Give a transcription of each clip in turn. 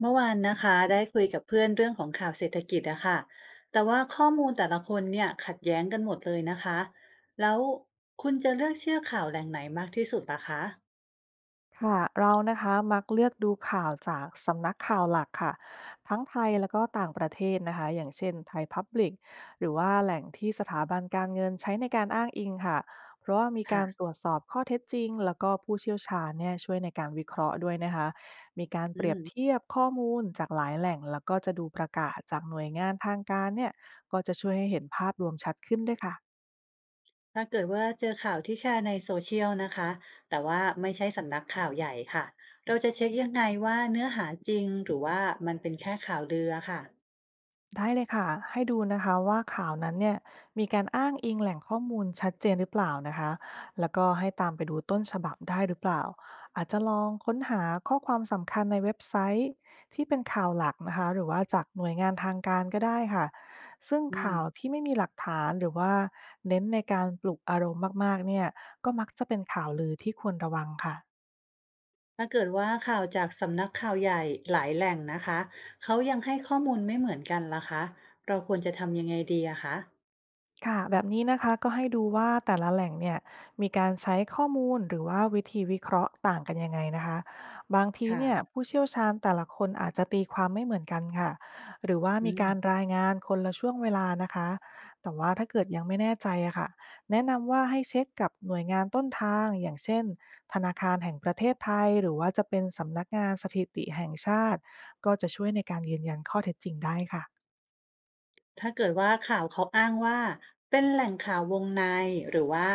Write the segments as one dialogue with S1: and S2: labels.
S1: เมื่อวานนะคะได้คุยกับเพื่อนเรื่องของข่าวเศรษฐกิจอะค่ะแต่ว่าข้อมูลแต่ละคนเนี่ยขัดแย้งกันหมดเลยนะคะแล้วคุณจะเลือกเชื่อข่าวแหล่งไหนมากที่สุดล่ะคะ
S2: ค่ะเรานะคะมักเลือกดูข่าวจากสำนักข่าวหลักค่ะทั้งไทยแล้วก็ต่างประเทศนะคะอย่างเช่นไทยพับลิกหรือว่าแหล่งที่สถาบันการเงินใช้ในการอ้างอิงค่ะเพราะว่ามีกา
S1: ค่ะ
S2: รตรวจสอบข้อเท็จจริงแล้วก็ผู้เชี่ยวชาญเนี่ยช่วยในการวิเคราะห์ด้วยนะคะมีการเป
S1: อื
S2: รียบ
S1: ม
S2: เทียบข้อมูลจากหลายแหล่งแล้วก็จะดูประกาศจากหน่วยงานทางการเนี่ยก็จะช่วยให้เห็นภาพรวมชัดขึ้นด้วยค่ะ
S1: ถ้าเกิดว่าเจอข่าวที่แชร์ในโซเชียลนะคะแต่ว่าไม่ใช่สำนักข่าวใหญ่ค่ะเราจะเช็คยังไงว่าเนื้อหาจริงหรือว่ามันเป็นแค่ข่าวลืออะค่ะ
S2: ได้เลยค่ะ ให้ดูนะคะว่าข่าวนั้นเนี่ยมีการอ้างอิงแหล่งข้อมูลชัดเจนหรือเปล่านะคะแล้วก็ให้ตามไปดูต้นฉบับได้หรือเปล่า อาจจะลองค้นหาข้อความสำคัญในเว็บไซต์ที่เป็นข่าวหลักนะคะหรือว่าจากหน่วยงานทางการก็ได้ค่ะ ซึ่ง
S1: อืม
S2: ข่าวที่ไม่มีหลักฐานหรือว่าเน้นในการปลุกอารมณ์มากๆเนี่ยก็มักจะเป็นข่าวลือที่ควรระวังค่ะ
S1: ถ้าเกิดว่าข่าวจากสำนักข่าวใหญ่หลายแหล่งนะคะเขายังให้ข้อมูลไม่เหมือนกันล่ะคะเราควรจะทำยังไงดีอะคะ
S2: ค่ะแบบนี้นะคะก็ให้ดูว่าแต่ละแหล่งเนี่ยมีการใช้ข้อมูลหรือว่าวิธีวิเคราะห์ต่างกันยังไงนะคะบางที
S1: ค่ะ
S2: เนี่ยผู้เชี่ยวชาญแต่ละคนอาจจะตีความไม่เหมือนกันค่ะหรือว่ามี
S1: อืม
S2: การรายงานคนละช่วงเวลานะคะแต่ว่าถ้าเกิดยังไม่แน่ใจอะค่ะแนะนำว่าให้เช็คกับหน่วยงานต้นทางอย่างเช่นธนาคารแห่งประเทศไทยหรือว่าจะเป็นสำนักงานสถิติแห่งชาติก็จะช่วยในการยืนยันข้อเท็จจริงได้ค่ะ
S1: ถ้าเกิดว่าข่าวเขาอ้างว่าเป็นแหล่งข่าววงในหรือว่า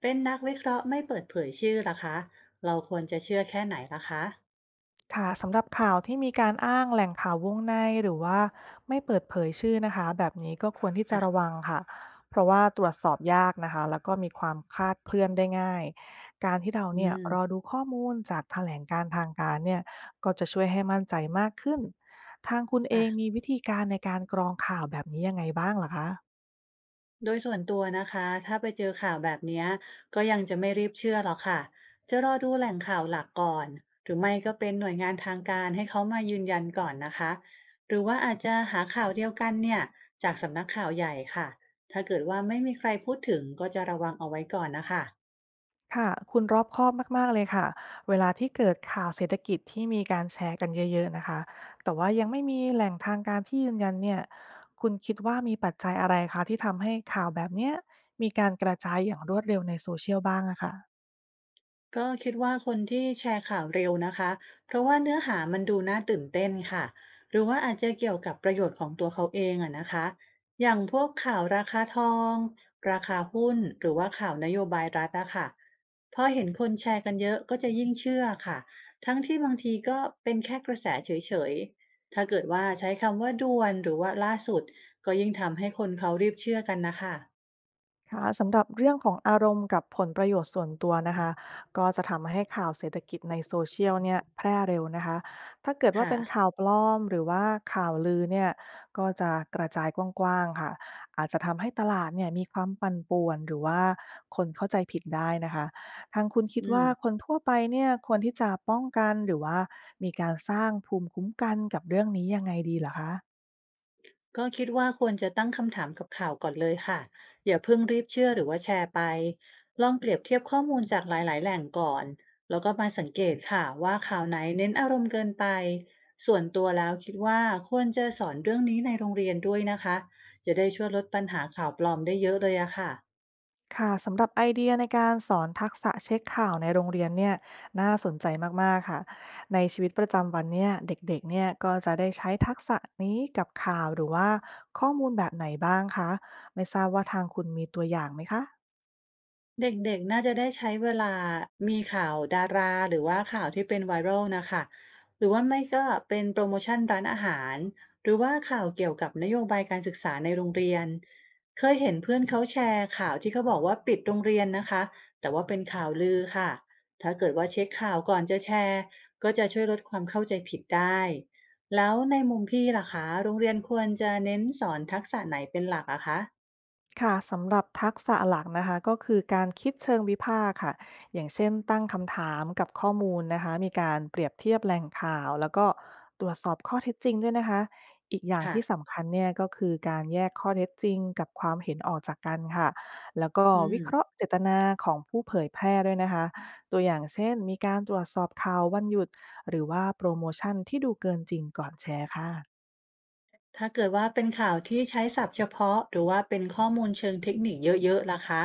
S1: เป็นนักวิเคราะห์ไม่เปิดเผยชื่อล่ะคะเราควรจะเชื่อแค่ไหนล่ะคะ
S2: ค่ะสำหรับข่าวที่มีการอ้างแหล่งข่าววงในหรือว่าไม่เปิดเผยชื่อนะคะแบบนี้ก็ควรที่จะระ
S1: ค่ะ
S2: วังค่ะเพราะว่าตรวจสอบยากนะคะแล้วก็มีความคลาดเคลื่อนได้ง่ายการที่เรา
S1: อื
S2: เนี่ย
S1: ม
S2: รอดูข้อมูลจากแถลงการณ์ทางการเนี่ยก็จะช่วยให้มั่นใจมากขึ้นทางคุณเอ
S1: ค่ะ
S2: งมีวิธีการในการกรองข่าวแบบนี้ยังไงบ้างล่ะคะ
S1: โดยส่วนตัวนะคะถ้าไปเจอข่าวแบบเนี้ยก็ยังจะไม่รีบเชื่อหรอกค่ะจะรอดูแหล่งข่าวหลักก่อนหรือไม่ก็เป็นหน่วยงานทางการให้เขามายืนยันก่อนนะคะหรือว่าอาจจะหาข่าวเดียวกันเนี่ยจากสำนักข่าวใหญ่ค่ะถ้าเกิดว่าไม่มีใครพูดถึงก็จะระวังเอาไว้ก่อนนะคะ
S2: ค่ะคุณรอบคอบมากๆเลยค่ะเวลาที่เกิดข่าวเศรษฐกิจที่มีการแชร์กันเยอะๆนะคะแต่ว่ายังไม่มีแหล่งทางการที่ยืนยันเนี่ยคุณคิดว่ามีปัจจัยอะไรคะที่ทำให้ข่าวแบบเนี้ยมีการกระจายอย่างรวดเร็วในโซเชียลบ้างอะค่ะ
S1: ก็คิดว่าคนที่แชร์ข่าวเร็วนะคะเพราะว่าเนื้อหามันดูน่าตื่นเต้นค่ะหรือว่าอาจจะเกี่ยวกับประโยชน์ของตัวเขาเองอะนะคะ อย่างพวกข่าวราคาทองราคาหุ้นหรือว่าข่าวนโยบายรัฐอะค่ะพอเห็นคนแชร์กันเยอะก็จะยิ่งเชื่อค่ะ ทั้งที่บางทีก็เป็นแค่กระแสเฉยๆ ถ้าเกิดว่าใช้คำว่าด่วนหรือว่าล่าสุดก็ยิ่งทำให้คนเขารีบเชื่อกันนะคะ
S2: ค่ะสำหรับเรื่องของอารมณ์กับผลประโยชน์ส่วนตัวนะคะก็จะทำให้ข่าวเศรษฐกิจในโซเชียลเนี่ยแพร่เร็วนะคะถ้าเกิดว่า
S1: ค่ะ
S2: เป็นข่าวปลอมหรือว่าข่าวลือเนี่ยก็จะกระจายกว้างๆค่ะอาจจะทำให้ตลาดเนี่ยมีความปั่นป่วนหรือว่าคนเข้าใจผิดได้นะคะทางคุณคิด
S1: อืม
S2: ว่าคนทั่วไปเนี่ยควรที่จะป้องกันหรือว่ามีการสร้างภูมิคุ้มกันกับเรื่องนี้ยังไงดีเหรอคะ
S1: ก็คิดว่าควรจะตั้งคำถามกับข่าวก่อนเลยค่ะอย่าเพิ่งรีบเชื่อหรือว่าแชร์ไปลองเปรียบเทียบข้อมูลจากหลายๆแหล่งก่อนแล้วก็มาสังเกตค่ะว่าข่าวไหนเน้นอารมณ์เกินไปส่วนตัวแล้วคิดว่าควรจะสอนเรื่องนี้ในโรงเรียนด้วยนะคะจะได้ช่วยลดปัญหาข่าวปลอมได้เยอะเลยอะค่ะ
S2: ค่ะสำหรับไอเดียในการสอนทักษะเช็คข่าวในโรงเรียนเนี่ยน่าสนใจมากๆค่ะในชีวิตประจำวันเนี่ยเด็กๆเนี่ยก็จะได้ใช้ทักษะนี้กับข่าวหรือว่าข้อมูลแบบไหนบ้างคะไม่ทราบว่าทางคุณมีตัวอย่างไหมคะ
S1: เด็กๆน่าจะได้ใช้เวลามีข่าวดาราหรือว่าข่าวที่เป็น viral นะคะหรือว่าไม่ก็เป็นโปรโมชั่นร้านอาหารหรือว่าข่าวเกี่ยวกับนโยบายการศึกษาในโรงเรียนเคยเห็นเพื่อนเขาแชร์ข่าวที่เขาบอกว่าปิดโรงเรียนนะคะแต่ว่าเป็นข่าวลือค่ะถ้าเกิดว่าเช็คข่าวก่อนจะแชร์ก็จะช่วยลดความเข้าใจผิดได้แล้วในมุมพี่ล่ะคะโรงเรียนควรจะเน้นสอนทักษะไหนเป็นหลักอะคะ
S2: ค่ะสำหรับทักษะหลักนะคะก็คือการคิดเชิงวิพากษ์ค่ะอย่างเช่นตั้งคำถามกับข้อมูลนะคะมีการเปรียบเทียบแหล่งข่าวแล้วก็ตรวจสอบข้อเท็จจริงด้วยนะคะอีกอย่าง
S1: ค่ะ
S2: ที่สำคัญเนี่ยก็คือการแยกข้อเท็จจริงกับความเห็นออกจากกันค่ะแล้วก็
S1: อื
S2: วิเคราะห์
S1: ม
S2: เจตนาของผู้เผยแพร่ด้วยนะคะตัวอย่างเช่นมีการตรวจสอบข่าววันหยุดหรือว่าโปรโมชั่นที่ดูเกินจริงก่อนแชร์ค่ะ
S1: ถ้าเกิดว่าเป็นข่าวที่ใช้ศัพท์เฉพาะหรือว่าเป็นข้อมูลเชิงเทคนิคเยอะๆล่ะคะ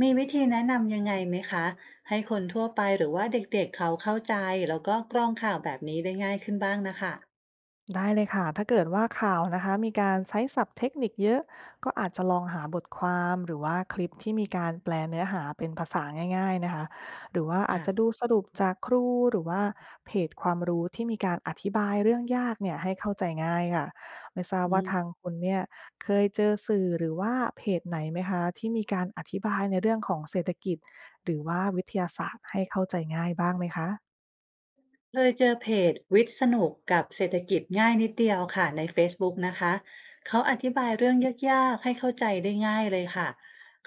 S1: มีวิธีแนะนำยังไงไหมคะให้คนทั่วไปหรือว่าเด็กๆเขาเข้าใจแล้วก็กรองข่าวแบบนี้ได้ง่ายขึ้นบ้างนะคะ
S2: ได้เลยค่ะถ้าเกิดว่าข่าวนะคะมีการใช้ศัพท์เทคนิคเยอะก็อาจจะลองหาบทความหรือว่าคลิปที่มีการแปลเนื้อหาเป็นภาษาง่ายๆนะคะหรือว่าอาจ
S1: ค่ะ
S2: จะดูสรุปจากครูหรือว่าเพจความรู้ที่มีการอธิบายเรื่องยากเนี่ยให้เข้าใจง่ายค่ะไม่ทราบ
S1: อื
S2: ว่าทา
S1: ม
S2: งคุณเนี่ยเคยเจอสื่อหรือว่าเพจไหนไหมคะที่มีการอธิบายในเรื่องของเศรษฐกิจหรือว่าวิทยาศาสตร์ให้เข้าใจง่ายบ้างไหมคะ
S1: เคยเจอเพจวิทย์สนุกกับเศรษฐกิจง่ายนิดเดียวค่ะในเฟซบุ๊กนะคะเขาอธิบายเรื่องยากๆให้เข้าใจได้ง่ายเลยค่ะ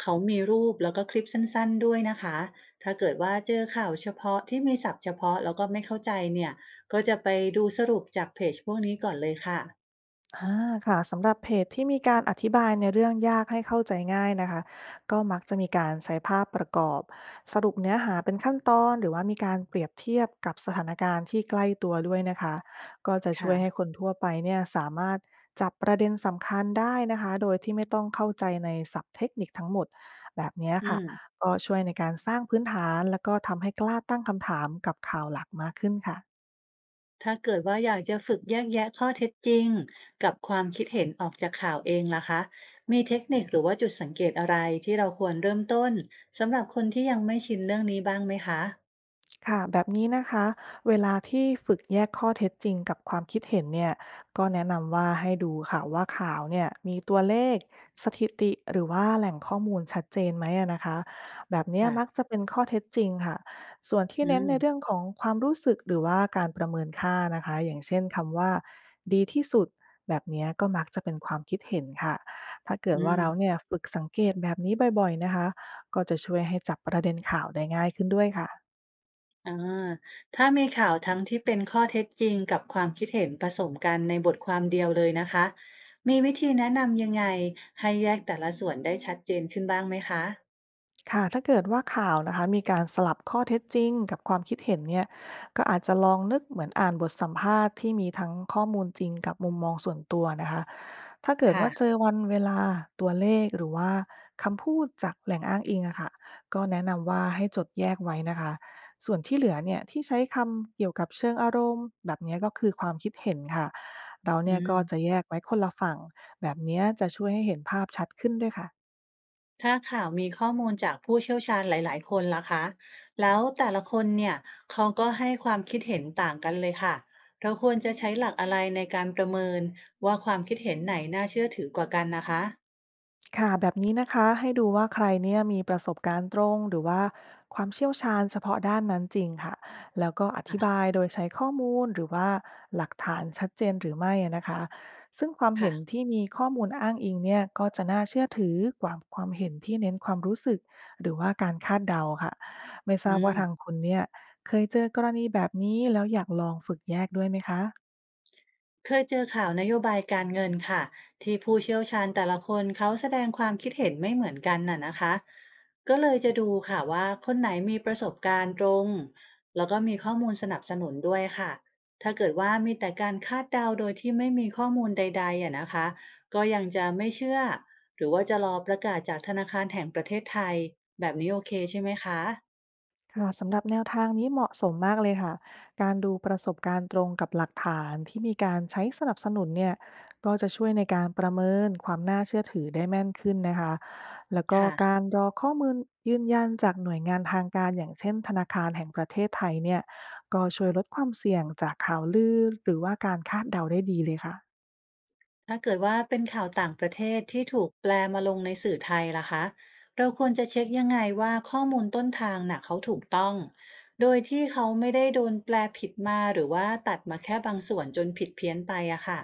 S1: เขามีรูปแล้วก็คลิปสั้นๆด้วยนะคะถ้าเกิดว่าเจอข่าวเฉพาะที่มีศัพท์เฉพาะแล้วก็ไม่เข้าใจเนี่ยก็จะไปดูสรุปจากเพจพวกนี้ก่อนเลยค่ะ
S2: อาค่ะสำหรับเพจที่มีการอธิบายในเรื่องยากให้เข้าใจง่ายนะคะก็มักจะมีการใช้ภาพประกอบสรุปเนื้อหาเป็นขั้นตอนหรือว่ามีการเปรียบเทียบกับสถานการณ์ที่ใกล้ตัวด้วยนะคะก็จะช่วยให้
S1: ค่ะ
S2: คนทั่วไปเนี่ยสามารถจับประเด็นสำคัญได้นะคะโดยที่ไม่ต้องเข้าใจในศัพท์เทคนิคทั้งหมดแบบเนี้ย
S1: อื
S2: ค่ะ
S1: ม
S2: ก็ช่วยในการสร้างพื้นฐานแล้วก็ทำให้กล้าตั้งคำถามกับข่าวหลักมากขึ้นค่ะ
S1: ถ้าเกิดว่าอยากจะฝึกแยกแยะข้อเท็จจริงกับความคิดเห็นออกจากข่าวเองล่ะคะมีเทคนิคหรือว่าจุดสังเกตอะไรที่เราควรเริ่มต้นสำหรับคนที่ยังไม่ชินเรื่องนี้บ้างไหมคะ
S2: ค่ะแบบนี้นะคะเวลาที่ฝึกแยกข้อเท็จจริงกับความคิดเห็นเนี่ยก็แนะนำว่าให้ดูค่ะว่าข่าวเนี่ยมีตัวเลขสถิติหรือว่าแหล่งข้อมูลชัดเจนไหมอะนะคะแบบเนี้ย
S1: ค่ะ
S2: มักจะเป็นข้อเท็จจริงค่ะส่วนที่
S1: อื
S2: เน้น
S1: ม
S2: ในเรื่องของความรู้สึกหรือว่าการประเมินค่านะคะอย่างเช่นคำว่าดีที่สุดแบบเนี้ยก็มักจะเป็นความคิดเห็นค่ะถ้าเกิด
S1: อื
S2: ว่า
S1: ม
S2: เราเนี่ยฝึกสังเกตแบบนี้บ่อยๆนะคะก็จะช่วยให้จับประเด็นข่าวได้ง่ายขึ้นด้วยค่ะ
S1: อาถ้ามีข่าวทั้งที่เป็นข้อเท็จจริงกับความคิดเห็นผสมกันในบทความเดียวเลยนะคะมีวิธีแนะนำยังไงให้แยกแต่ละส่วนได้ชัดเจนขึ้นบ้างไหมคะ
S2: ค่ะถ้าเกิดว่าข่าวนะคะมีการสลับข้อเท็จจริงกับความคิดเห็นเนี่ยก็อาจจะลองนึกเหมือนอ่านบทสัมภาษณ์ที่มีทั้งข้อมูลจริงกับมุมมองส่วนตัวนะคะถ้าเกิด
S1: ค่ะ
S2: ว่าเจอวันเวลาตัวเลขหรือว่าคำพูดจากแหล่งอ้างอิงอะค่ะก็แนะนำว่าให้จดแยกไว้นะคะส่วนที่เหลือเนี่ยที่ใช้คำเกี่ยวกับเชิงอารมณ์แบบเนี้ยก็คือความคิดเห็นค่ะเรา
S1: อื
S2: เนี่ยก็จะ
S1: ม
S2: แยกไว้คนละฝั่งแบบเนี้ยจะช่วยให้เห็นภาพชัดขึ้นด้วยค่ะ
S1: ถ้าข่าวมีข้อมูลจากผู้เชี่ยวชาญหลายๆคนล่ะคะแล้วแต่ละคนเนี่ย เขาก็ให้ความคิดเห็นต่างกันเลยค่ะ เราควรจะใช้หลักอะไรในการประเมินว่าความคิดเห็นไหนน่าเชื่อถือกว่ากันนะคะ
S2: ค่ะแบบนี้นะคะให้ดูว่าใครเนี่ยมีประสบการณ์ตรงหรือว่าความเชี่ยวชาญเฉพาะด้านนั้นจริงค่ะแล้วก็อธิ
S1: ค่ะ
S2: บายโดยใช้ข้อมูลหรือว่าหลักฐานชัดเจนหรือไม่อะนะคะซึ่งความเห็น
S1: ค่ะ
S2: ที่มีข้อมูลอ้างอิงเนี่ยก็จะน่าเชื่อถือกว่าความเห็นที่เน้นความรู้สึกหรือว่าการคาดเดาค่ะไม่ท
S1: อื
S2: ราบ
S1: ม
S2: ว่าทางคุณเนี่ยเคยเจอกรณีแบบนี้แล้วอยากลองฝึกแยกด้วยไหมคะ
S1: เคยเจอข่าวนโยบายการเงินค่ะที่ผู้เชี่ยวชาญแต่ละคนเขาแสดงความคิดเห็นไม่เหมือนกันน่ะนะคะก็เลยจะดูค่ะว่าคนไหนมีประสบการณ์ตรงแล้วก็มีข้อมูลสนับสนุนด้วยค่ะถ้าเกิดว่ามีแต่การคาดเดาโดยที่ไม่มีข้อมูลใดๆอ่ะนะคะก็ยังจะไม่เชื่อหรือว่าจะรอประกาศจากธนาคารแห่งประเทศไทยแบบนี้โอเคใช่ไหมคะ
S2: ค่ะสำหรับแนวทางนี้เหมาะสมมากเลยค่ะการดูประสบการณ์ตรงกับหลักฐานที่มีการใช้สนับสนุนเนี่ยก็จะช่วยในการประเมินความน่าเชื่อถือได้แม่นขึ้นนะคะแล้วก็
S1: ค่ะ
S2: การรอข้อมูลยืนยันจากหน่วยงานทางการอย่างเช่นธนาคารแห่งประเทศไทยเนี่ยก็ช่วยลดความเสี่ยงจากข่าวลือหรือว่าการคาดเดาได้ดีเลยค่ะ
S1: ถ้าเกิดว่าเป็นข่าวต่างประเทศที่ถูกแปลมาลงในสื่อไทยล่ะคะเราควรจะเช็คยังไงว่าข้อมูลต้นทางน่ะเขาถูกต้อง โดยที่เขาไม่ได้โดนแปลผิดมาหรือว่าตัดมาแค่บางส่วนจนผิดเพี้ยนไปอะค่ะ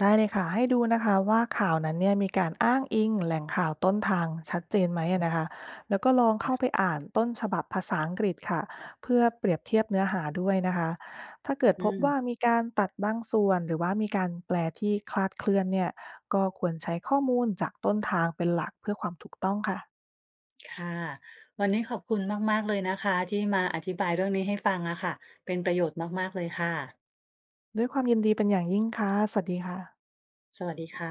S2: ได้เลยค่ะให้ดูนะคะว่าข่าวนั้นเนี่ยมีการอ้างอิงแหล่งข่าวต้นทางชัดเจนไหมอะนะคะแล้วก็ลองเข้าไปอ่านต้นฉบับภาษาอังกฤษค่ะเพื่อเปรียบเทียบเนื้อหาด้วยนะคะถ้าเกิด
S1: อื
S2: พบว่า
S1: ม
S2: มีการตัดบางส่วนหรือว่ามีการแปลที่คลาดเคลื่อนเนี่ยก็ควรใช้ข้อมูลจากต้นทางเป็นหลักเพื่อความถูกต้องค่ะ
S1: ค่ะวันนี้ขอบคุณมากๆเลยนะคะที่มาอธิบายเรื่องนี้ให้ฟังอะค่ะเป็นประโยชน์มากๆเลยค่ะ
S2: ด้วยความยินดีเป็นอย่างยิ่งค่ะสวัสดีค่ะ
S1: สวัสดีค่ะ